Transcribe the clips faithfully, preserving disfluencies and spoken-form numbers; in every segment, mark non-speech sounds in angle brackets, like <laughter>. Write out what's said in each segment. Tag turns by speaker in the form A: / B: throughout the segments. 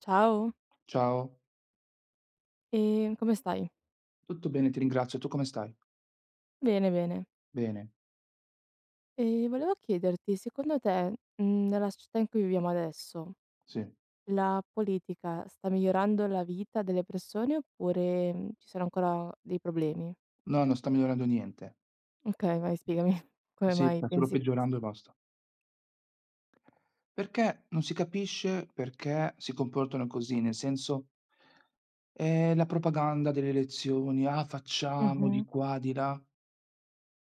A: Ciao,
B: Ciao,
A: ehm, come stai?
B: tutto bene, ti ringrazio. Tu come stai?
A: Bene, bene.
B: Bene,
A: Ehm, volevo chiederti, secondo te, mhmm, nella società in cui viviamo adesso,
B: sì.
A: la politica sta migliorando la vita delle persone oppure, mhmm, ci sono ancora dei problemi?
B: No, non sta migliorando niente.
A: Okay, vai spiegami <laughs> come
B: Sì,
A: mai
B: sta solo
A: pensi
B: peggiorando e
A: questo.
B: basta. Perché non si capisce perché si comportano così, nel senso, ehm, la propaganda delle elezioni: "Ah, facciamo di
A: Mh-mh.
B: qua, di là."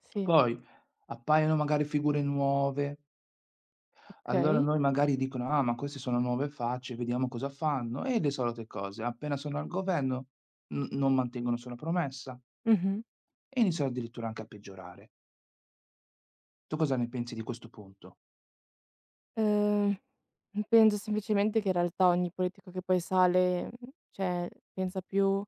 A: Sì,
B: Poi appaiono magari figure nuove, allora
A: okay.
B: noi magari dicono: "Ah, ma queste sono nuove facce, vediamo cosa fanno." E le solite cose. Appena sono al governo n non mantengono nessuna promessa.
A: Mh-mh.
B: E iniziò addirittura anche a peggiorare. Tu cosa ne pensi di questo punto?
A: Ehm, Penso semplicemente che in realtà ogni politico che poi sale, mhmm, cioè pensa più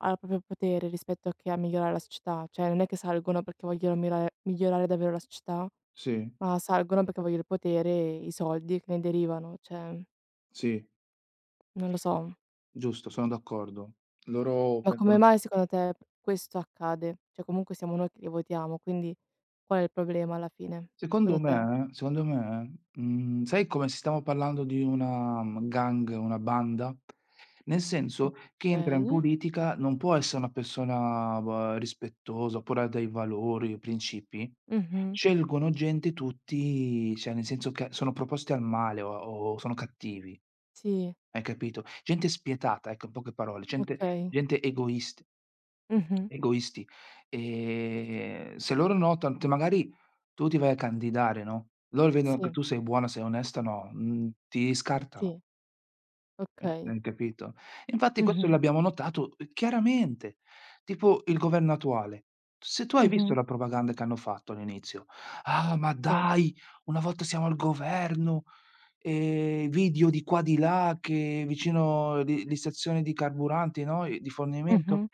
A: al proprio potere rispetto a che a migliorare la società. Cioè, non è che salgono perché vogliono mirare migliorare davvero la società,
B: Sì,
A: ma salgono perché vogliono il potere e i soldi che ne derivano. Cioè,
B: sì,
A: non lo so.
B: giusto, sono d'accordo. Loro
A: Ma come
B: pensano
A: mai secondo te questo accade? Cioè, comunque siamo noi che li votiamo, quindi qual è il problema alla fine,
B: Secondo
A: secondo te?
B: me secondo me, mhmm, sai, come se stiamo parlando di una, mhmm, gang, una banda? Nel senso, chi entra in
A: Okay.
B: politica non può essere una persona va rispettosa, oppure ha dei valori, principi.
A: Mh-mh.
B: Scelgono gente tutti cioè nel senso che sono proposti al male o o sono cattivi.
A: Sì,
B: Hai capito? Gente spietata, ecco, in poche parole, gente
A: okay.
B: gente egoist
A: Mh-mh.
B: egoisti. Ehm, se loro notano te, magari tu ti vai a candidare, no, loro vedono che
A: Sì,
B: tu sei buona, sei onesta, no, mhmm, ti scartano,
A: sì,
B: hai
A: okay.
B: hai capito? Infatti questo
A: Mh-mh.
B: l'abbiamo notato, uhm, chiaramente. Tipo il governo attuale. Se tu hai visto
A: Mh-mh.
B: la propaganda che hanno fatto all'inizio: "Ah, ma
A: Sì.
B: dai, una volta siamo al governo, Ehm, video di qua di là che vicino le le stazioni di carburanti, no, e di fornimento,
A: Mh-mh.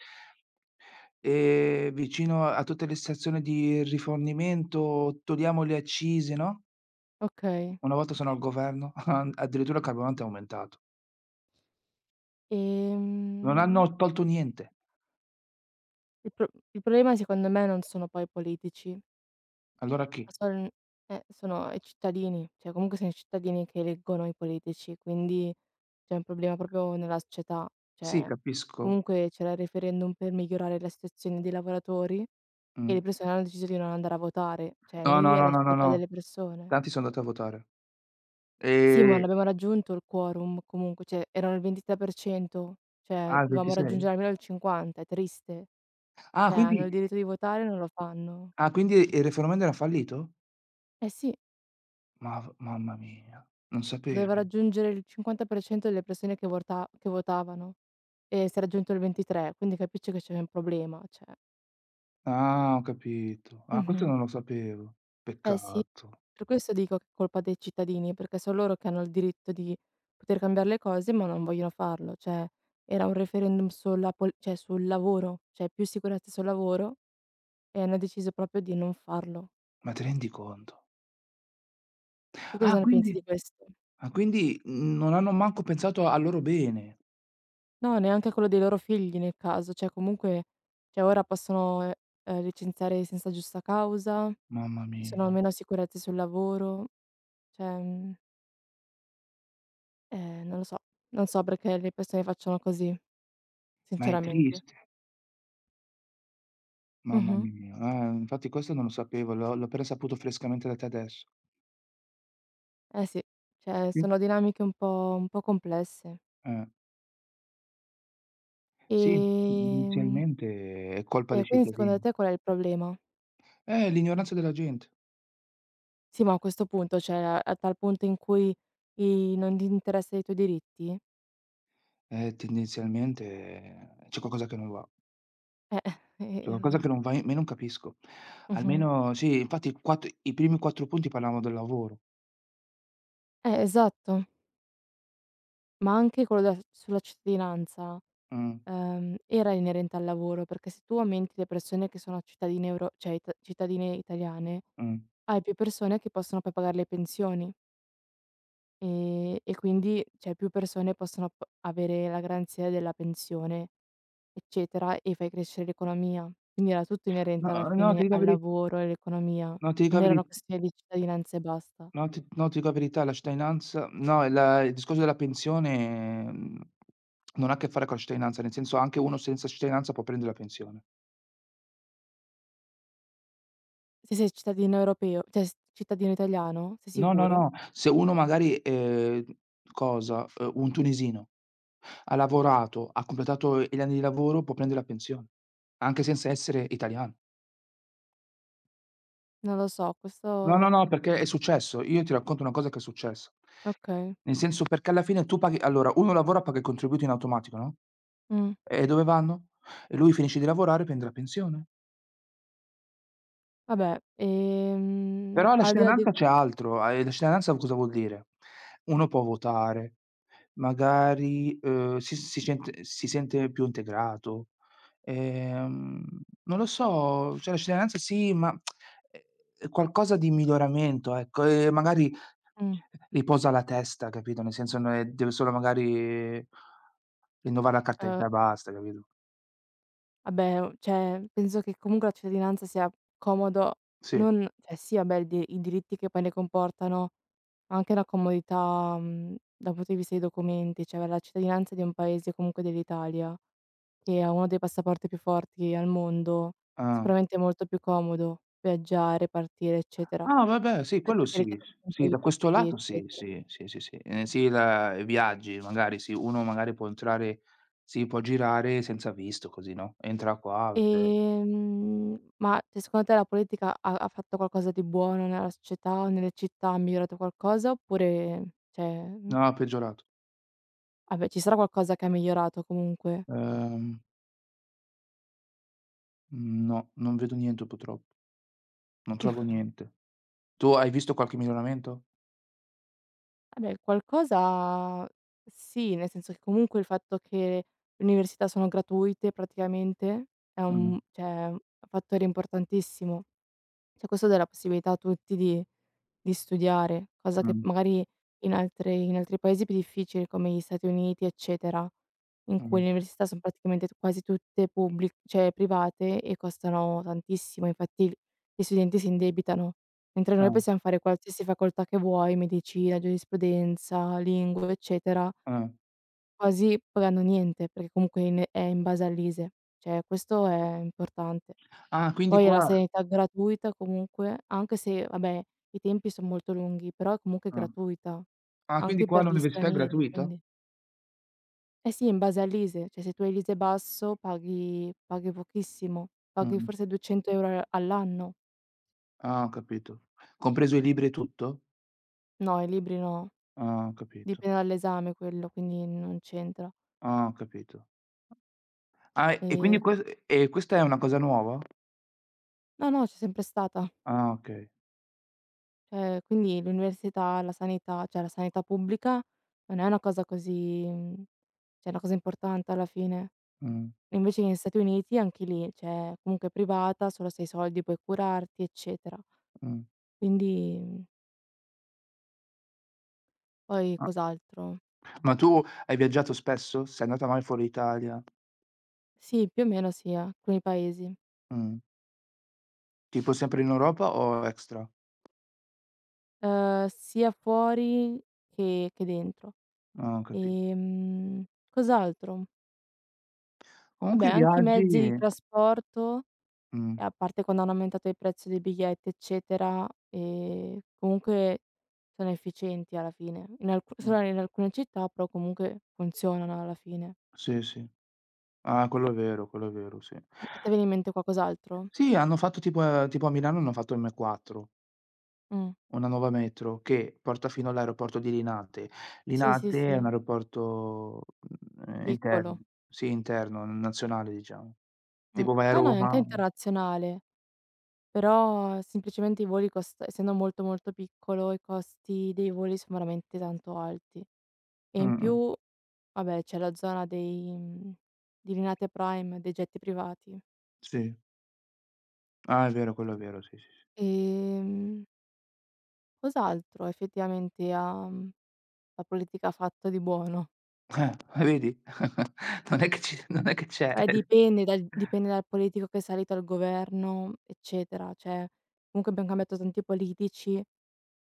B: ehm, vicino a tutte le stazioni di rifornimento togliamo le accise, no,
A: Okay.
B: una volta sono al governo, <laughs> addirittura il carburante è aumentato. Non
A: Ehm
B: hanno tolto niente.
A: Il pro il problema secondo me non sono poi i politici,
B: Allora chi?
A: ma son eh, sono i cittadini, cioè comunque sono i cittadini che eleggono i politici, quindi c'è un problema proprio nella società.
B: Sì,
A: Cioè,
B: capisco.
A: comunque c'era il referendum per migliorare la situazione dei lavoratori e
B: Mh.
A: le persone hanno deciso di non andare a votare, cioè
B: No,
A: lì
B: no,
A: è
B: no,
A: la
B: no, no,
A: scelta
B: no.
A: delle persone.
B: Tanti sono andati a votare.
A: Sì, ma
B: Ehm
A: non abbiamo raggiunto il quorum comunque, cioè erano il ventitré per cento, cioè
B: ah, il
A: dovevamo
B: ventisei?
A: raggiungere almeno il cinquanta, è triste.
B: Ah,
A: Cioè hanno
B: quindi
A: il diritto di votare e non lo fanno.
B: ah, quindi il referendum era fallito?
A: Eh sì.
B: Ma mamma mia, non
A: Doveva
B: sapevo.
A: raggiungere il cinquanta per cento delle persone che vorta che votavano e si è raggiunto il ventitré, quindi capisci che c'è un problema, cioè.
B: Ah, ho capito. Ah, questo
A: Mh-mh.
B: non lo sapevo.
A: Eh sì,
B: Peccato.
A: per questo dico che è colpa dei cittadini, perché son loro che hanno il diritto di poter cambiare le cose, ma non vogliono farlo. Cioè, era un referendum sulla pol cioè sul lavoro, cioè più sicurezza sul lavoro e hanno deciso proprio di non farlo.
B: Ma ti rendi conto?
A: Tu
B: Ah,
A: cosa ne pensi
B: quindi
A: di questo?
B: ah, quindi non hanno manco pensato al loro bene.
A: No, neanche quello dei loro figli nel caso, cioè comunque cioè ora possono, ehm, ehm, licenziare senza giusta causa,
B: Mamma
A: ci sono
B: mia,
A: meno sicurezze sul lavoro, cioè, mhmm, ehm, non lo so, non so perché le persone facciano così,
B: ma è
A: sinceramente.
B: triste. Mamma
A: Mh-mh.
B: mia. Eh, infatti questo non lo sapevo, l'ho l'ho appena saputo frescamente da te adesso.
A: Eh sì, cioè
B: Sì.
A: sono dinamiche un po' un po' complesse.
B: Eh. Sì,
A: Ehm,
B: tendenzialmente è colpa dei
A: e quindi secondo
B: cittadini.
A: te qual è il problema?
B: Eh, l'ignoranza della gente.
A: Sì, ma a questo punto, cioè a a tal punto in cui i non ti interessa i tuoi diritti?
B: Eh, tendenzialmente eh, c'è qualcosa che non va.
A: Eh, <laughs> eh,
B: C'è
A: eh,
B: qualcosa
A: eh.
B: che non va in me, non capisco.
A: Mh-mh.
B: Almeno sì, infatti il quatt i primi quattro punti parlavano del lavoro.
A: Eh, esatto. Ma anche quello della sulla cittadinanza,
B: Mh,
A: ehm, era inerente al lavoro, perché se tu aumenti le persone che sono cittadine euro cioè it cittadine italiane,
B: mh.
A: hai più persone che possono poi pagare le pensioni, ehm, e quindi, cioè, più persone possono p avere la garanzia della pensione, eccetera, e fai crescere l'economia. Quindi era tutto
B: No,
A: inerente alla
B: uhm, no, ti
A: fine
B: dico la
A: al
B: veri
A: lavoro e all'economia.
B: no, ti dico
A: Non
B: la
A: era
B: veri
A: una questione di cittadinanza e basta.
B: no, ti no, ti dico la verità, la cittadinanza no, il il discorso della pensione, mhmm, non ha a che fare con la cittadinanza, nel senso anche uno senza cittadinanza può prendere la pensione.
A: Se sei cittadino europeo cioè s cittadino italiano, sei
B: No, no,
A: sicuro?
B: no, se uno magari, ehm, cosa, uhm, un tunisino, ha lavorato, ha completato gli anni di lavoro, può prendere la pensione, anche senza essere italiano.
A: Non lo so,
B: No, no, no,
A: questo ques
B: perché è successo. Io ti racconto una cosa che è successa.
A: okay.
B: Nel senso, perché alla fine tu paghi, allora, uno lavora, paga i contributi in automatico, no,
A: Mh.
B: e dove vanno? E lui finisce di lavorare, prende la pensione.
A: Vabbè, ehm,
B: Però la
A: al di là di
B: cittadinanza c'è altro, ehm, la cittadinanza cosa vuol dire? Uno può votare, magari, uhm, si si sente si sente più integrato, ehm, non lo so, cioè la cittadinanza sì, ma è qualcosa di miglioramento, ecco, e magari
A: mh,
B: riposa la testa, capito, nel senso non è deve solo magari rinnovare la carta
A: uhm
B: d'identità e basta, capito?
A: Vabbè, uhm, cioè, penso che comunque la cittadinanza sia comodo
B: Sì,
A: non cioè sì, vabbè, il di i diritti che poi ne comportano, ma anche la comodità, mhmm, dal punto di vista dei documenti, cioè avere la cittadinanza di un paese, comunque dell'Italia, che ha uno dei passaporti più forti al mondo,
B: ah.
A: sicuramente è molto più comodo viaggiare, partire, eccetera,
B: Ah vabbè, sì, quello
A: rispetto che
B: sì,
A: richiedere
B: sì, da questo
A: imprevisti,
B: lato sì,
A: eccetera.
B: sì, sì, sì, sì. Ehm, sì, la i viaggi magari sì, uno magari può entrare, sì, può girare senza visto così, no, entra qua perché
A: Ehm, ma cioè secondo te la politica ha ha fatto qualcosa di buono nella società, o nelle città, ha migliorato qualcosa oppure cioè, mhmm,
B: no, è peggiorato.
A: vabbè ci sarà qualcosa che ha migliorato comunque.
B: Ehm, no, non vedo niente purtroppo, non trovo
A: <laughs>
B: niente. Tu hai visto qualche miglioramento?
A: Vabbè qualcosa sì, nel senso che comunque il fatto che le università sono gratuite praticamente è
B: Mh,
A: un cioè, un fattore importantissimo. Cioè questo dà la possibilità a tutti di di studiare, cosa che
B: mh,
A: magari in altre in altri paesi più difficili come gli Stati Uniti, eccetera, in cui
B: mh,
A: le università son praticamente t quasi tutte publi cioè private e costano tantissimo, infatti l gli studenti si indebitano, mentre noi
B: ah,
A: possiamo fare qualsiasi facoltà che vuoi, medicina, giurisprudenza, lingue, eccetera,
B: ah.
A: quasi pagando niente, perché comunque in è in base all'ISEE. Cioè questo è importante.
B: Ah, quindi
A: Poi è la
B: qua
A: sanità gratuita comunque, anche se vabbè i tempi son molto lunghi, però è comunque
B: ah,
A: gratuita,
B: ah, quindi
A: anche
B: qua
A: per gli
B: l'università è
A: stranieri,
B: gratuita?
A: quindi eh sì, in base all'ISEE, cioè se tu hai l'ISEE basso paghi paghi pochissimo, paghi
B: Mh,
A: forse duecento € al all'anno.
B: ah, ho capito. Compreso i libri e tutto?
A: No, i libri no,
B: Ah, ho capito.
A: dipende dall'esame quello, quindi non c'entra.
B: Ah, ho capito. Ah, e quindi
A: Ehm,
B: ques e questa è una cosa nuova?
A: no, no, c'è sempre stata.
B: Ah, okay.
A: Cioè quindi l'università, la sanità, cioè la sanità pubblica non è una cosa così mhmm, cioè è una cosa importante alla fine.
B: Mh,
A: Invece negli Stati Uniti anche lì, cioè comunque è privata, solo se hai i soldi puoi curarti, eccetera.
B: mh.
A: Quindi, mhmm, poi
B: Ma
A: cos'altro?
B: ma tu hai viaggiato spesso? Sei andata mai fuori Italia?
A: Sì, più o meno sì, alcuni paesi.
B: Mh. Tipo sempre in Europa o extra?
A: Uhm, sia fuori che che dentro.
B: Ah, ho capi
A: Ehm, Cos'altro? Vabbè
B: comunque i
A: anche i
B: viaggi,
A: mezzi di trasporto,
B: mh,
A: e a parte quando hanno aumentato il prezzo dei biglietti, eccetera, ehm, comunque sono efficienti alla fine. In alcu
B: mh.
A: solo in alcune città, però comunque funzionano alla fine.
B: Sì, sì. Ah, quello è vero, quello è vero, sì.
A: A a te viene in mente qualcos'altro?
B: Sì, hanno fatto tipo ehm, tipo a Milano hanno fatto M quattro.
A: Mh.
B: Una nuova metro che porta fino all'aeroporto di Linate.
A: Sì, sì,
B: Linate è un
A: sì,
B: aeroporto, mhmm, ehm, interno,
A: piccolo.
B: sì, interno, nazionale diciamo.
A: Mh.
B: Tipo vai a
A: No, no, è anche
B: Roma,
A: internazionale, però semplicemente i voli cost essendo molto, molto piccolo, i costi dei voli sono veramente tanto alti. E in
B: mh-mh,
A: più, vabbè, c'è la zona dei mhmm, di Linate Prime, dei jet privati.
B: sì. Ah, è vero, quello è vero, sì, sì, sì.
A: Ehm, Cos'altro effettivamente ha, mhmm, la politica fatto di buono?
B: Eh, vedi? <laughs> Non è che ci non è che c'è.
A: Eh, dipende dal dipende dal politico che è salito al governo, eccetera. Cioè, comunque abbiam cambiato tanti politici,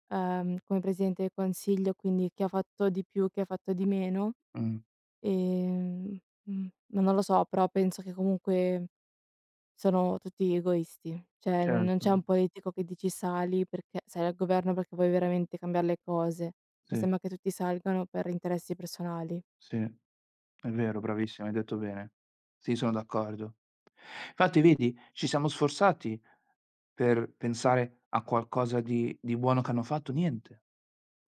A: ehm, come presidente del consiglio, quindi chi ha fatto di più, chi ha fatto di meno.
B: Mh,
A: Ehm, mhmm, ma non lo so, però penso che comunque sono tutti egoisti. Cioè, non non
B: certo.
A: c'è un politico che dici sali perché sali al governo perché vuoi veramente cambiar le cose. Mi
B: Sì,
A: sembra che tutti salgano per interessi personali.
B: sì, è vero, bravissima, hai detto bene. Sì, sono d'accordo. Infatti vedi, ci siamo sforzati per pensare a qualcosa di di buono che hanno fatto, niente.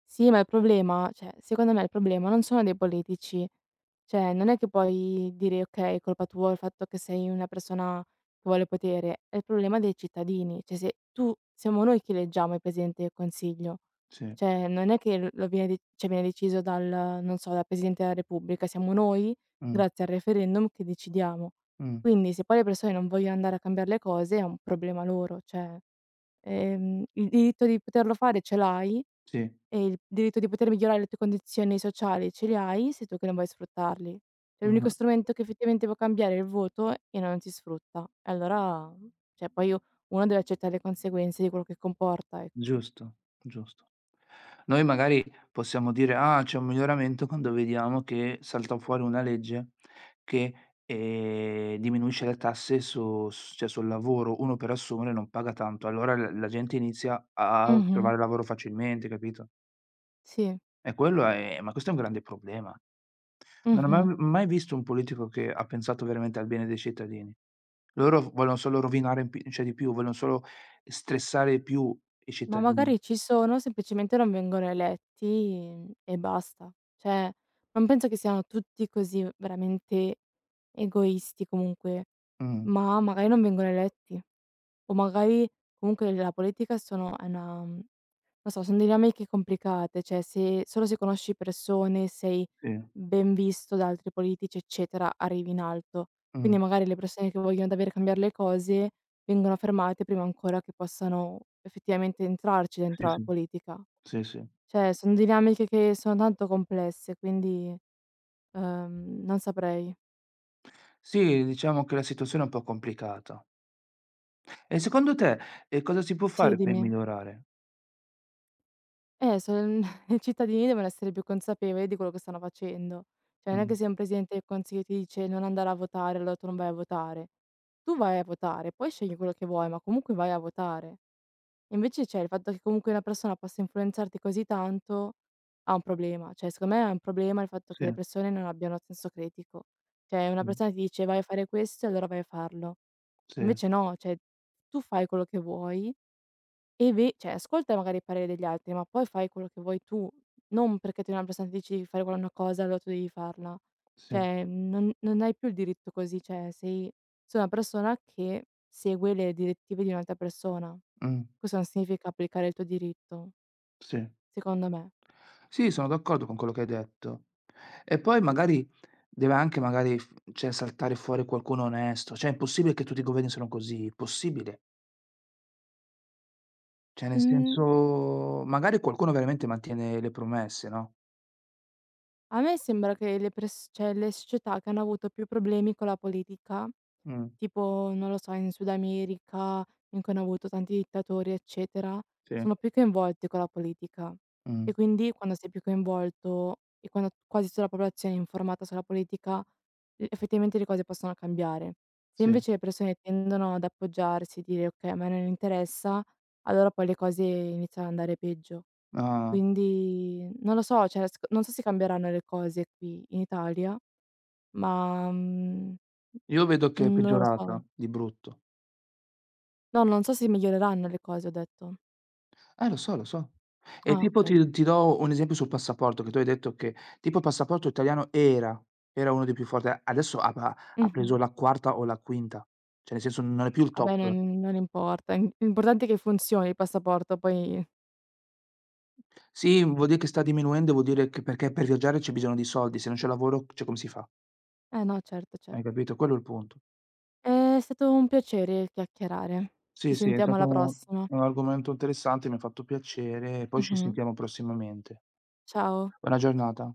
A: Sì, ma il problema cioè, secondo me il problema non sono dei politici. Cioè, non è che puoi dire: "Okay, è colpa tua il fatto che sei una persona che vuole potere." È il problema dei cittadini. Cioè, se tu siamo noi che eleggiamo il presidente del consiglio.
B: Sì,
A: Cioè, non è che l lo viene de cioè, viene deciso dal non so, dal presidente della repubblica. Siamo noi,
B: mh,
A: grazie al referendum, che decidiamo.
B: mh,
A: Quindi, se poi le persone non vogliono andare a cambiar le cose, è un problema loro. Cioè, ehm, il diritto di poterlo fare ce l'hai
B: sì,
A: e il diritto di poter migliorare le tue condizioni sociali ce li hai, sei tu che non vuoi sfruttarli. Cioè l'unico
B: mh,
A: strumento che effettivamente può cambiare è il voto e non si sfrutta. E allora cioè poi u uno deve accettare le conseguenze di quello che comporta, ecco.
B: giusto, giusto. Noi magari possiamo dire: "Ah, c'è un miglioramento" quando vediamo che salta fuori una legge che, ehm, diminuisce le tasse su s cioè sul lavoro, uno per assumere non paga tanto, allora l la gente inizia a
A: Mh-mh.
B: trovare lavoro facilmente, capito?
A: Sì.
B: E quello è ma questo è un grande problema. Non ho mai
A: Mh-mh.
B: mai visto un politico che ha pensato veramente al bene dei cittadini. Loro v vogliono solo rovinare, in pi cioè di più, vogliono solo stressare di più i
A: Ma
B: cittadini.
A: magari ci sono, semplicemente non vengono eletti e basta. Cioè, non penso che siano tutti così veramente egoisti comunque,
B: Mh,
A: ma magari non vengono eletti. O magari comunque la politica sono è una mhmm, non so, son dinamiche complicate, cioè se solo se conosci persone, sei
B: sì,
A: ben visto da altri politici, eccetera, arrivi in alto.
B: mh,
A: Quindi magari le persone che vogliono davvero cambiar le cose vengono fermate prima ancora che possano effettivamente entrarci
B: sì,
A: dentro alla
B: sì,
A: politica.
B: sì, sì.
A: Cioè son dinamiche che sono tanto complesse, quindi, ehm, non saprei.
B: Sì, diciamo che la situazione è un po' complicata. E secondo te, ehm, cosa si può
A: Sì,
B: fare per
A: dimmi.
B: migliorare?
A: Eh, son <laughs> I cittadini devono essere più consapevoli di quello che stanno facendo. Cioè, non è
B: Mh,
A: che se un presidente del consiglio ti dice: "Non andare a votare", allora tu non vai a votare. Tu vai a votare, poi scegli quello che vuoi, ma comunque vai a votare. Invece, cioè, il fatto che comunque una persona possa influenzarti così tanto ha un problema. Cioè, secondo me è un problema il fatto che
B: sì,
A: le persone non abbiano senso critico. Cioè, una
B: sì,
A: persona ti dice: "Vai a fare questo", allora vai a farlo.
B: sì,
A: Invece no, cioè tu fai quello che vuoi e beh, cioè ascolta magari il parere degli altri, ma poi fai quello che vuoi tu, non perché ti una persona ti dice di fare quella una cosa, allora tu devi farla.
B: sì,
A: Cioè non non hai più il diritto così, cioè sei sei una persona che segue le direttive di un'altra persona.
B: mh,
A: Questo non significa applicare il tuo diritto,
B: sì.
A: secondo me.
B: Sì, sono d'accordo con quello che hai detto. E poi magari deve anche magari f cioè saltare fuori qualcuno onesto, cioè è impossibile che tutti i governi sono così, impossibile. Cioè, nel
A: Mhmm
B: senso, magari qualcuno veramente mantiene le promesse, no,
A: A me sembra che le pers cioè le società che hanno avuto più problemi con la politica,
B: mh,
A: tipo, non lo so, in Sud America, in cui hanno avuto tanti dittatori, eccetera,
B: sì,
A: sono più coinvolte con la politica.
B: mh,
A: E quindi quando sei più coinvolto e quando quasi tutta la popolazione è informata sulla politica, l effettivamente le cose possono cambiare. Se
B: sì.
A: invece le persone tendono ad appoggiarsi, e dire: "Okay, a me non interessa", allora poi le cose iniziano ad andare peggio.
B: Ah,
A: Quindi non lo so, cioè sec non so se cambieranno le cose qui in Italia, ma, mhmm,
B: io vedo che è
A: non lo
B: peggiorata
A: so.
B: di brutto.
A: No, non so se miglioreranno le cose, ho detto.
B: Eh, lo so, lo so. E
A: Ah,
B: tipo ti
A: okay.
B: ti do un esempio sul passaporto, che tu hai detto che tipo il passaporto italiano era era uno dei più forti, a adesso ha pa ha preso
A: Mh-mh.
B: la quarta o la quinta, cioè nel senso non è più il
A: Vabbè,
B: top.
A: non non importa. Im l'importante è che funzioni il passaporto, poi
B: Sì, vuol dire che sta diminuendo, vuol dire che, perché per viaggiare c'è bisogno di soldi, se non c'è lavoro, cioè, come si fa?
A: eh no, certo,
B: Hai
A: certo.
B: capito? Quello è il punto.
A: È stato un piacere chiacchierare. Ci
B: Sì, sì, è
A: sentiamo
B: stato
A: alla
B: un
A: prossima.
B: un argomento interessante, mi ha fatto piacere e poi ci
A: Mh-mh.
B: sentiamo prossimamente.
A: Ciao.
B: Buona giornata.